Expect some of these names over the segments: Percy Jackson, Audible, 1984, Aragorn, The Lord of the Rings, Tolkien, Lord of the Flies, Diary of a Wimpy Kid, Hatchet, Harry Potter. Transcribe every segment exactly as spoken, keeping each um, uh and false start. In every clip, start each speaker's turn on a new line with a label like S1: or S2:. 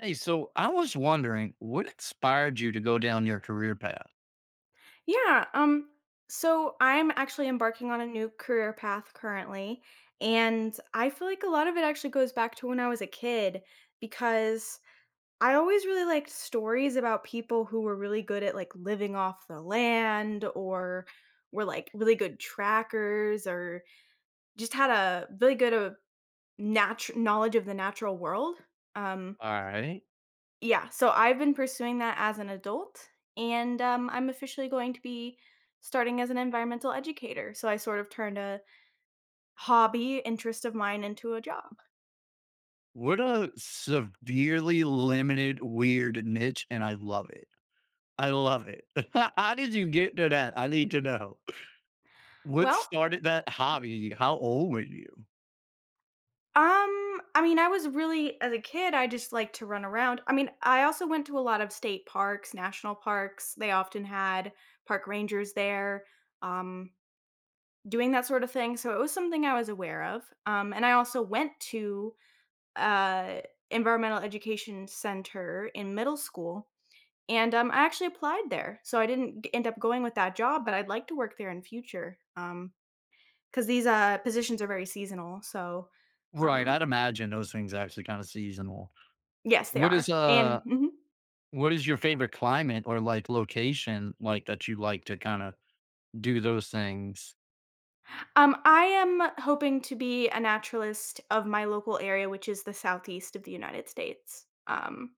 S1: Hey, so I was wondering what inspired you to go down your career path?
S2: Yeah, um, so I'm actually embarking on a new career path currently, and I feel like a lot of it actually goes back to when I was a kid because I always really liked stories about people who were really good at like living off the land or were like really good trackers or just had a really good uh, natu- knowledge of the natural world. um,
S1: All right.
S2: yeah, so I've been pursuing that as an adult, and um, I'm officially going to be starting as an environmental educator. So I sort of turned a hobby interest of mine into a job.
S1: What a severely limited, weird niche, and I love it. I love it. How did you get to that? I need to know. What
S2: Well,
S1: started that hobby? How old were you?
S2: um, I mean, I was really as a kid, I just liked to run around. I mean, I also went to a lot of state parks, national parks. They often had park rangers there, um, doing that sort of thing. So it was something I was aware of. Um, and I also went to uh, environmental education center in middle school, and, um, I actually applied there, so I didn't g end up going with that job, but I'd like to work there in future, because these, uh, positions are very seasonal, so,
S1: Right.
S2: um
S1: I'd imagine those things actually kind of seasonal.
S2: yes, they
S1: What is
S2: are, and
S1: uh
S2: mhm.
S1: what is your favorite climate or like location like that you like to kind of do those things?
S2: Um, I am hoping to be a naturalist of my local area, which is the Southeast of the United States. um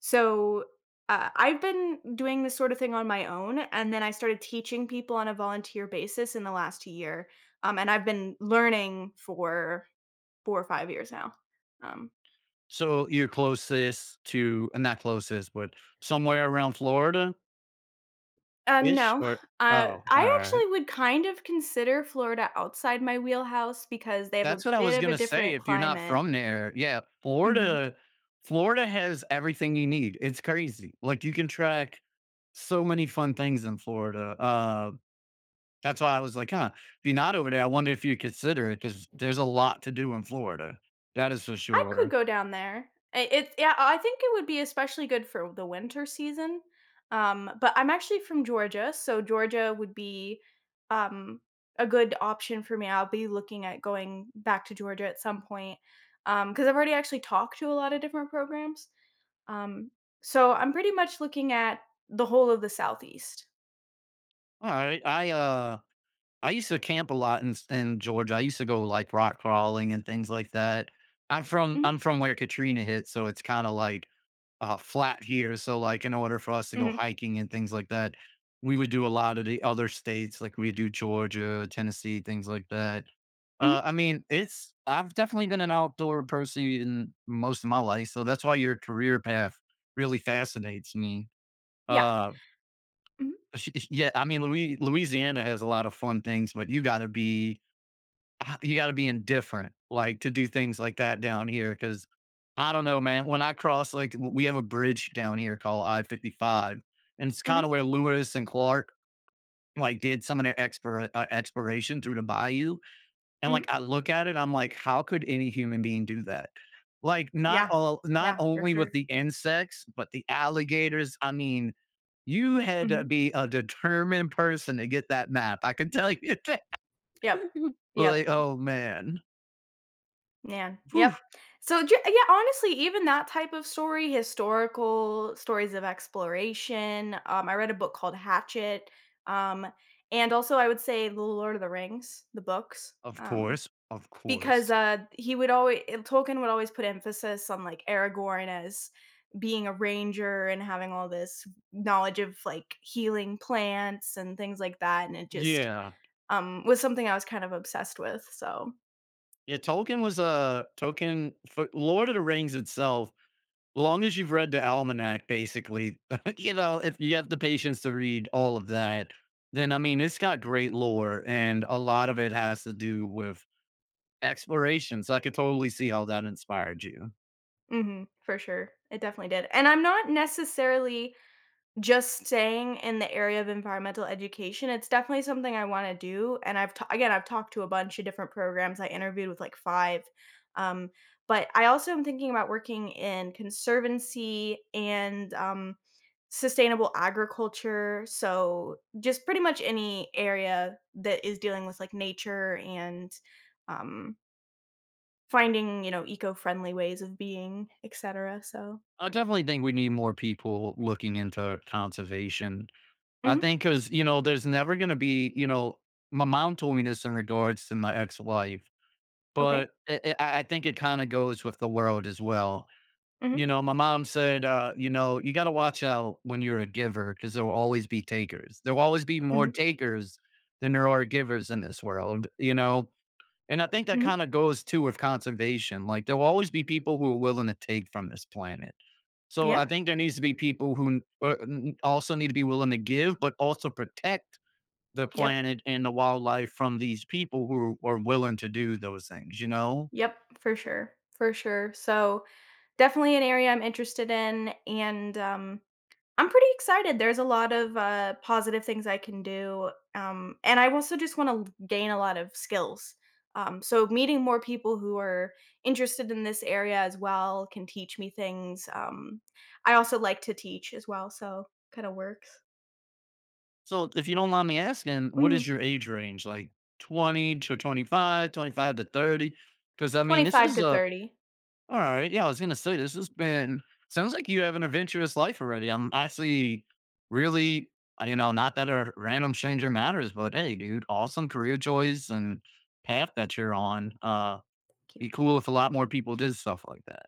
S2: So, uh, I've been doing this sort of thing on my own, and then I started teaching people on a volunteer basis in the last year, um, and I've been learning for four or five years now. Um,
S1: So you're closest to uh, not closest, but somewhere around Florida-ish
S2: um, no,
S1: or
S2: uh,
S1: Oh,
S2: I actually
S1: alright.
S2: would kind of consider Florida outside my wheelhouse because they have a
S1: That's what I was
S2: bit of a
S1: gonna say
S2: different
S1: if you're not
S2: climate.
S1: from there. Yeah,
S2: Mhm.
S1: Florida Florida has everything you need. It's crazy. Like, you can track so many fun things in Florida. Uh, that's why I was like, "Huh, if you're not over there, I wonder if you consider it because there's a lot to do in Florida." That is for
S2: I could
S1: sure.
S2: go down there. I it's yeah, I think it would be especially good for the winter season, um, but I'm actually from Georgia, so Georgia would be, um, a good option for me. I'll be looking at going back to Georgia at some point. Um, because 'cause I've already actually talked to a lot of different programs, um, so I'm pretty much looking at the whole of the Southeast.
S1: Alright, I, uh I used to camp a lot in in Georgia. I used to go, like, rock crawling and things like that. I'm from
S2: Mhm,
S1: I'm from where Katrina hit, so it's kinda, like, uh, flat here, so, like, in order for us to go
S2: mhm,
S1: hiking and things like that, we would do a lot of the other states, like, we do Georgia, Tennessee, things like that.
S2: mhm.
S1: Uh, I mean, it's I've definitely been an outdoor person in most of my life, so that's why your career path really fascinates me.
S2: Yeah.
S1: Uh,
S2: Mhm,
S1: yeah, I mean, Loui Louisiana has a lot of fun things, but you gotta be Ah, you gotta be indifferent, like, to do things like that down here, because I don't know, man, when I cross, like, w we have a bridge down here called I fifty-five, and it's
S2: mhm,
S1: kinda where Lewis and Clark, like, did some of their expira uh, exploration through the bayou, and,
S2: mhm.
S1: like, I look at it, I'm like, "How could any human being do that?" Like, not
S2: Yeah,
S1: all not
S2: yeah, for
S1: only with
S2: sure.
S1: the insects, but the alligators, I mean, you had to
S2: Mhm,
S1: be a determined person to get that map, I can tell you that.
S2: yep, yep.
S1: Like, oh, man.
S2: Yeah,
S1: Whew.
S2: yep. So, ju yeah, honestly, even that type of story, historical stories of exploration, um, I read a book called Hatchet, um, and also I would say The Lord of the Rings, the books,
S1: Of
S2: um,
S1: course, of
S2: because,
S1: course.
S2: uh, he would always Tolkien would always put emphasis on, like, Aragorn as being a ranger and having all this knowledge of, like, healing plants and things like that, and it just,
S1: Yeah.
S2: um, was something I was kind of obsessed with, so.
S1: Yeah, Tolkien was a Tolkien for Lord of the Rings itself, long as you've read the almanac, basically, you know, if you have the patience to read all of that, then I mean, it's got great lore, and a lot of it has to do with exploration. So I could totally see how that inspired you.
S2: Mhm, for sure. It definitely did. And I'm not necessarily just saying in the area of environmental education. It's definitely something I want to do. And I've ta- again, I've talked to a bunch of different programs. I interviewed with like five. Um, but I also am thinking about working in conservancy and um, sustainable agriculture. So just pretty much any area that is dealing with like nature and um, finding you know eco-friendly ways of being, et cetera. So.
S1: I definitely think we need more people looking into conservation. I
S2: Mhm.
S1: think because, you know, there's never going to be, you know, my mom told me this in regards to my ex wife.
S2: Okay.
S1: But it I I think it kinda goes with the world as well.
S2: Mhm.
S1: You know, my mom said, uh, you know, "You gotta watch out when you're a giver because there will always be takers. There will always be more
S2: Mhm.
S1: takers than there are givers in this world," you know? And I think that
S2: Mhm.
S1: kinda goes too with conservation, like, there will always be people who are willing to take from this planet. So,
S2: Yeah.
S1: I think there needs to be people who uh, n also need to be willing to give, but also protect the
S2: Yep.
S1: planet and the wildlife from these people who are willing to do those things, you know?
S2: Yep. For sure. For sure. So definitely an area I'm interested in, and um, I'm pretty excited. There's a lot of uh, positive things I can do, um, and I also just want to gain a lot of skills. Um, so meeting more people who are interested in this area as well can teach me things. Um, I also like to teach as well, so kind of works.
S1: So if you don't mind me asking, what is
S2: Mhm.
S1: your age range? Like twenty to twenty-five, twenty-five to thirty? Because I mean, this
S2: twenty-five
S1: is
S2: to
S1: a,
S2: thirty.
S1: all right. Yeah, I was going to say, this has been, sounds like you have an adventurous life already. I'm actually really, uh, you know, not that a random changer matters, but hey, dude, awesome career choice and path that you're on. Uh,
S2: Thank you.
S1: be cool if a lot more people did stuff like that.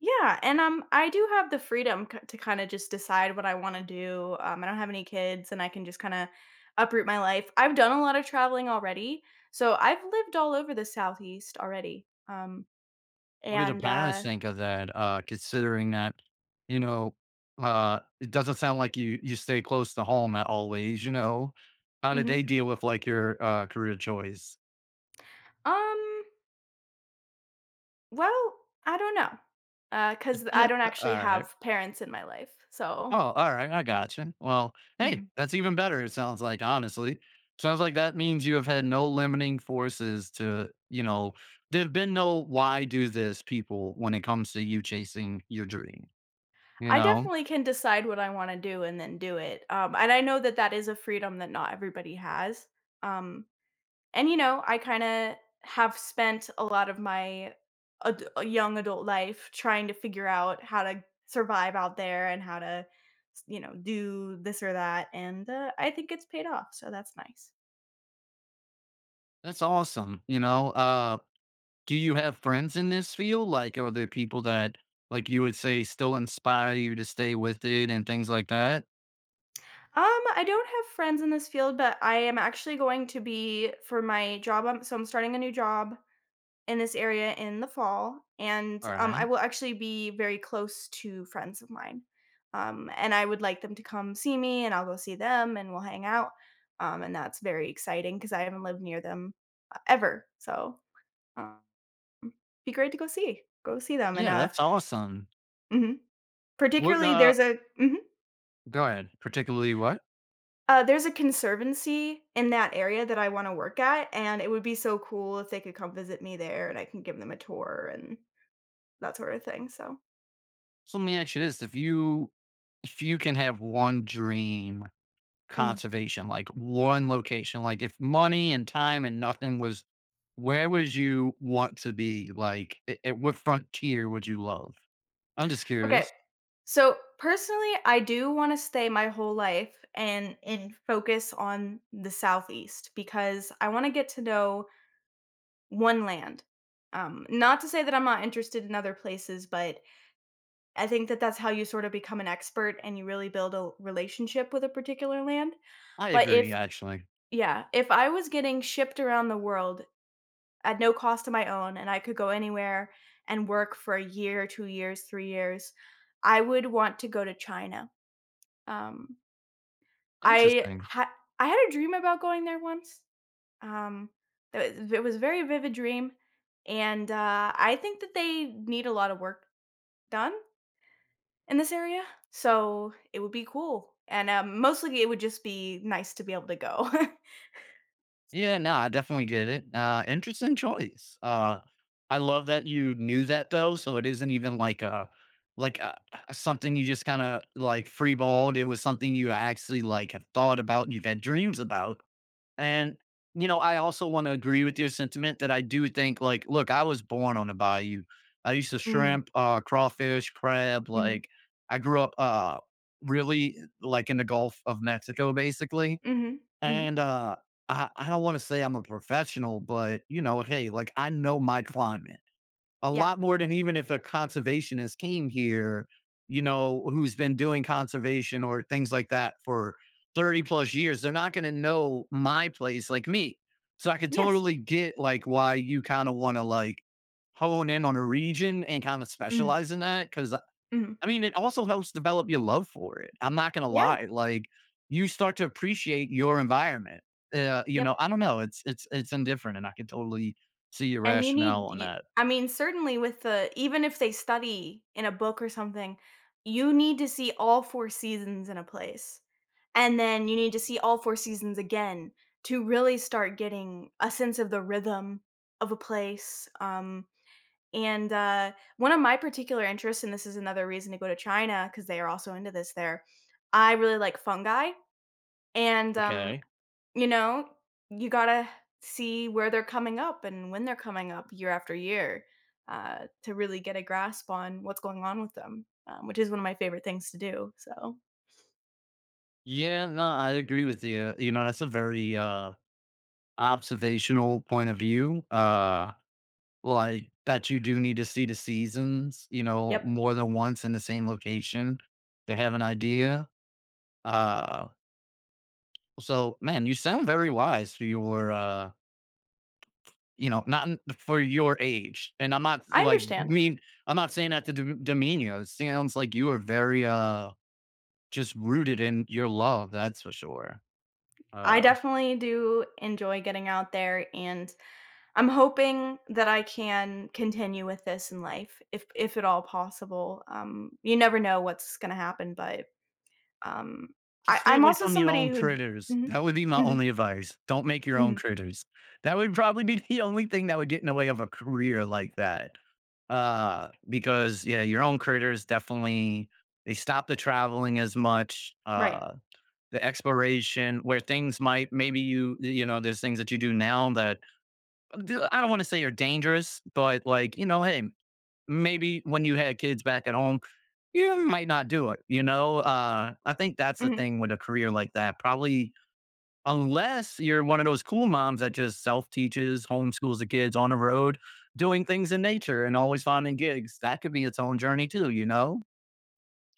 S2: Yeah, and, um, I do have the freedom k to kinda just decide what I wanna do, um, I don't have any kids, and I can just kinda uproot my life. I've done a lot of traveling already, so I've lived all over the Southeast already, um,
S1: What did the
S2: and,
S1: parents
S2: uh
S1: think of that, uh, considering that, you know, uh, it doesn't sound like you you stay close to home at always, you know? How did
S2: mhm.
S1: they deal with, like, your, uh, career choice?
S2: Um, well, I don't know, uh, because I
S1: Eh,
S2: don't
S1: uh,
S2: actually
S1: alright.
S2: have parents in my life,
S1: Oh,
S2: so
S1: alright, I gotcha. Well, hey,
S2: mhm.
S1: that's even better, it sounds like, honestly. Sounds like that means you have had no limiting forces to, you know there've been no "Why do this?" people when it comes to you chasing your dream, you
S2: I
S1: know?
S2: definitely can decide what I wanna do and then do it, um, and I know that that is a freedom that not everybody has. um And, you know, I kinda have spent a lot of my ad uh, young adult life trying to figure out how to survive out there and how to, s you know, do this or that, and, uh, I think it's paid off, so that's nice.
S1: That's awesome, you know? Uh Do you have friends in this field? Like, are there people that, like, you would say still inspire you to stay with it and things like that?
S2: Um, I don't have friends in this field, but I am actually going to be for my job, I'm so I'm starting a new job in this area in the fall, and, um, I
S1: Alright.
S2: will actually be very close to friends of mine, um, and I would like them to come see me, and I'll go see them, and we'll hang out, um, and that's very exciting because I haven't lived near them, uh, ever, so, um, be great to go see go see them, and,
S1: Yeah,
S2: uh
S1: that's awesome.
S2: mhm,
S1: What,
S2: particularly
S1: uh
S2: there's a mhm,
S1: Go ahead. Particularly what?
S2: uh, there's a conservancy in that area that I wanna work at, and it would be so cool if they could come visit me there, and I can give them a tour and that sort of thing, so,
S1: So let me ask you this, if you if you can have one dream
S2: mm.
S1: conservation, like one location, like if money and time and nothing was where would you want to be? Like, a at what frontier would you love? I'm just
S2: Okay.
S1: curious.
S2: So personally, I do want to stay my whole life and and focus on the Southeast because I want to get to know one land. Um, not to say that I'm not interested in other places, but I think that that's how you sort of become an expert and you really build a relationship with a particular land.
S1: I
S2: But
S1: agree,
S2: if
S1: actually.
S2: Yeah, if I was getting shipped around the world at no cost of my own and I could go anywhere and work for a year, two years, three years, I would want to go to China. Um, I
S1: Interesting.
S2: had I had a dream about going there once. Um, it was it was a very vivid dream, and uh, I think that they need a lot of work done in this area, so it would be cool. And um, mostly, it would just be nice to be able to go.
S1: Yeah, no, I definitely get it. Uh, interesting choice. Uh, I love that you knew that though, so it isn't even like a like uh, a, something you just kind of like freeballed. It was something you actually like have thought about, and you've had dreams about, and you know, I also want to agree with your sentiment that I do think like, look, I was born on the bayou. I used to
S2: Mm,
S1: shrimp, uh, crawfish, crab.
S2: mhm,
S1: Like, I grew up uh really like in the Gulf of Mexico, basically
S2: mhm, mhm.
S1: and, uh, I I don't wanna say I'm a professional, but, you know, hey, like, I know my climate a
S2: Yeah.
S1: lot more than even if a conservationist came here, you know, who's been doing conservation or things like that for thirty plus years, they're not gonna know my place like me. So I could
S2: Yes.
S1: totally get, like, why you kinda wanna, like, hone in on a region and kinda
S2: Mm,
S1: specialize in that because.
S2: mhm.
S1: I mean, it also helps develop your love for it. I'm not gonna
S2: Yeah.
S1: lie. Like you start to appreciate your environment. Uh, you
S2: Yep.
S1: know, I don't know. It's it's it's indifferent, and I can totally see your
S2: And you need.
S1: rationale on
S2: y-
S1: that.
S2: I mean, certainly with the even if they study in a book or something, you need to see all four seasons in a place. And then you need to see all four seasons again to really start getting a sense of the rhythm of a place, um, and, uh, one of my particular interests, and this is another reason to go to China, because they are also into this there, I really like fungi, and, um,
S1: Okay.
S2: you know, you gotta see where they're coming up and when they're coming up year after year, uh, to really get a grasp on what's going on with them, um, which is one of my favorite things to do, so,
S1: Yeah, no, I agree with you. You know, that's a very uh observational point of view. Uh like that you do need to see the seasons, you know,
S2: yep,
S1: more than once in the same location to have an idea. Uh so man, you sound very wise for your uh You know, not in for your age, and I'm not
S2: I
S1: like
S2: understand.
S1: mean. I'm not saying that to de demean you, it sounds like you are very, uh, just rooted in your love, that's for sure.
S2: I
S1: Uh,
S2: definitely do enjoy getting out there, and I'm hoping that I can continue with this in life if if at all possible. Um, you never know what's gonna happen, but um,
S1: just
S2: I,
S1: stay
S2: I'm
S1: away
S2: also
S1: from your
S2: somebody
S1: own
S2: who
S1: critters,
S2: mhm,
S1: that would be my
S2: mhm,
S1: only advice, don't make your own
S2: mhm,
S1: critters. That would probably be the only thing that would get in the way of a career like that, uh, because, yeah, your own critters definitely they stop the traveling as much,
S2: right.
S1: uh the exploration where things might maybe you you know there's things that you do now that I don't want to say are dangerous but like you know hey maybe when you had kids back at home you might not do it you know uh I think that's the
S2: Hmm.
S1: thing with a career like that probably unless you're one of those cool moms that just self teaches homeschools the kids on the road doing things in nature and always finding gigs that could be its own journey too you know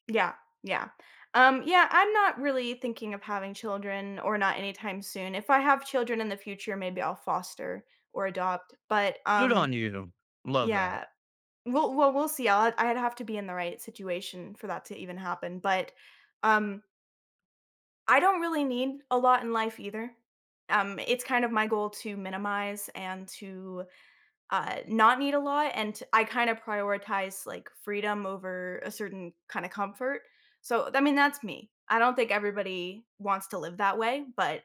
S2: Yeah, yeah. Um, yeah, I'm not really thinking of having children or not anytime soon. If I have children in the future, maybe I'll foster or adopt. But
S1: Good
S2: um,
S1: on you. Love that.
S2: yeah. Well well, we'll see. I'll I'd have to be in the right situation for that to even happen, but, um, I don't really need a lot in life either. Um, it's kind of my goal to minimize and to, uh, not need a lot, and I kinda prioritize, like, freedom over a certain kinda comfort. So, I mean, that's me. I don't think everybody wants to live that way, but,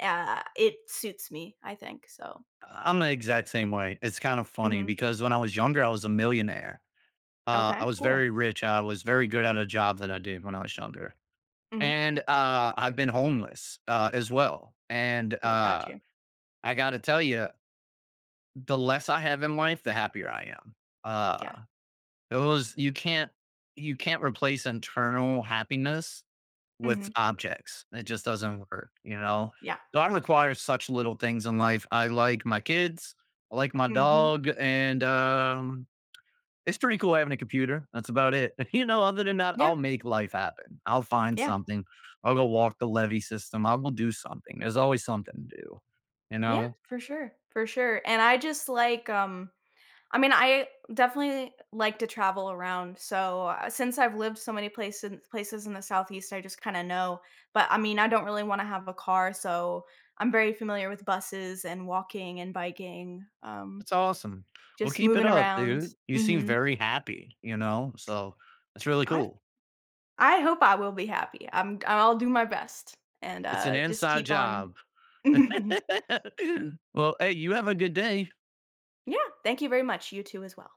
S2: uh, it suits me, I think, so.
S1: I'm the exact same way. It's kind of funny
S2: Mhm.
S1: because when I was younger, I was a millionaire. Uh,
S2: Okay,
S1: I was
S2: cool.
S1: very rich. I was very good at a job that I did when I was younger.
S2: Mhm.
S1: And uh, I've been homeless uh, as well. And
S2: Yeah, got
S1: uh,
S2: you.
S1: I got to tell you, the less I have in life, the happier I am.
S2: Yeah.
S1: Uh, it was, you can't, you can't replace internal happiness with
S2: Mhm.
S1: objects. It just doesn't work, you know?
S2: Yeah.
S1: So I require such little things in life. I like my kids, I like my
S2: Mhm.
S1: dog, and um, it's pretty cool having a computer. That's about it. You know, other than that,
S2: Yeah.
S1: I'll make life happen. I'll find
S2: Yeah.
S1: something. I'll go walk the levee system. I'll go do something. There's always something to do, you
S2: Yeah,
S1: know?
S2: for sure, for sure, and I just like, um I mean, I definitely like to travel around, so, uh, since I've lived so many places, places in the Southeast, I just kinda know, but, I mean, I don't really wanna have a car, so I'm very familiar with buses and walking and biking, um,
S1: It's awesome. Well,
S2: just
S1: keep it
S2: moving
S1: up,
S2: around.
S1: dude. You seem
S2: Mhm.
S1: very happy, you know? So it's really
S2: I
S1: cool.
S2: I hope I will be happy. I'm I'll do my best and,
S1: It's an
S2: uh, just
S1: inside
S2: keep on.
S1: job. Well, hey, you have a good day.
S2: Yeah, thank you very much. You too as well.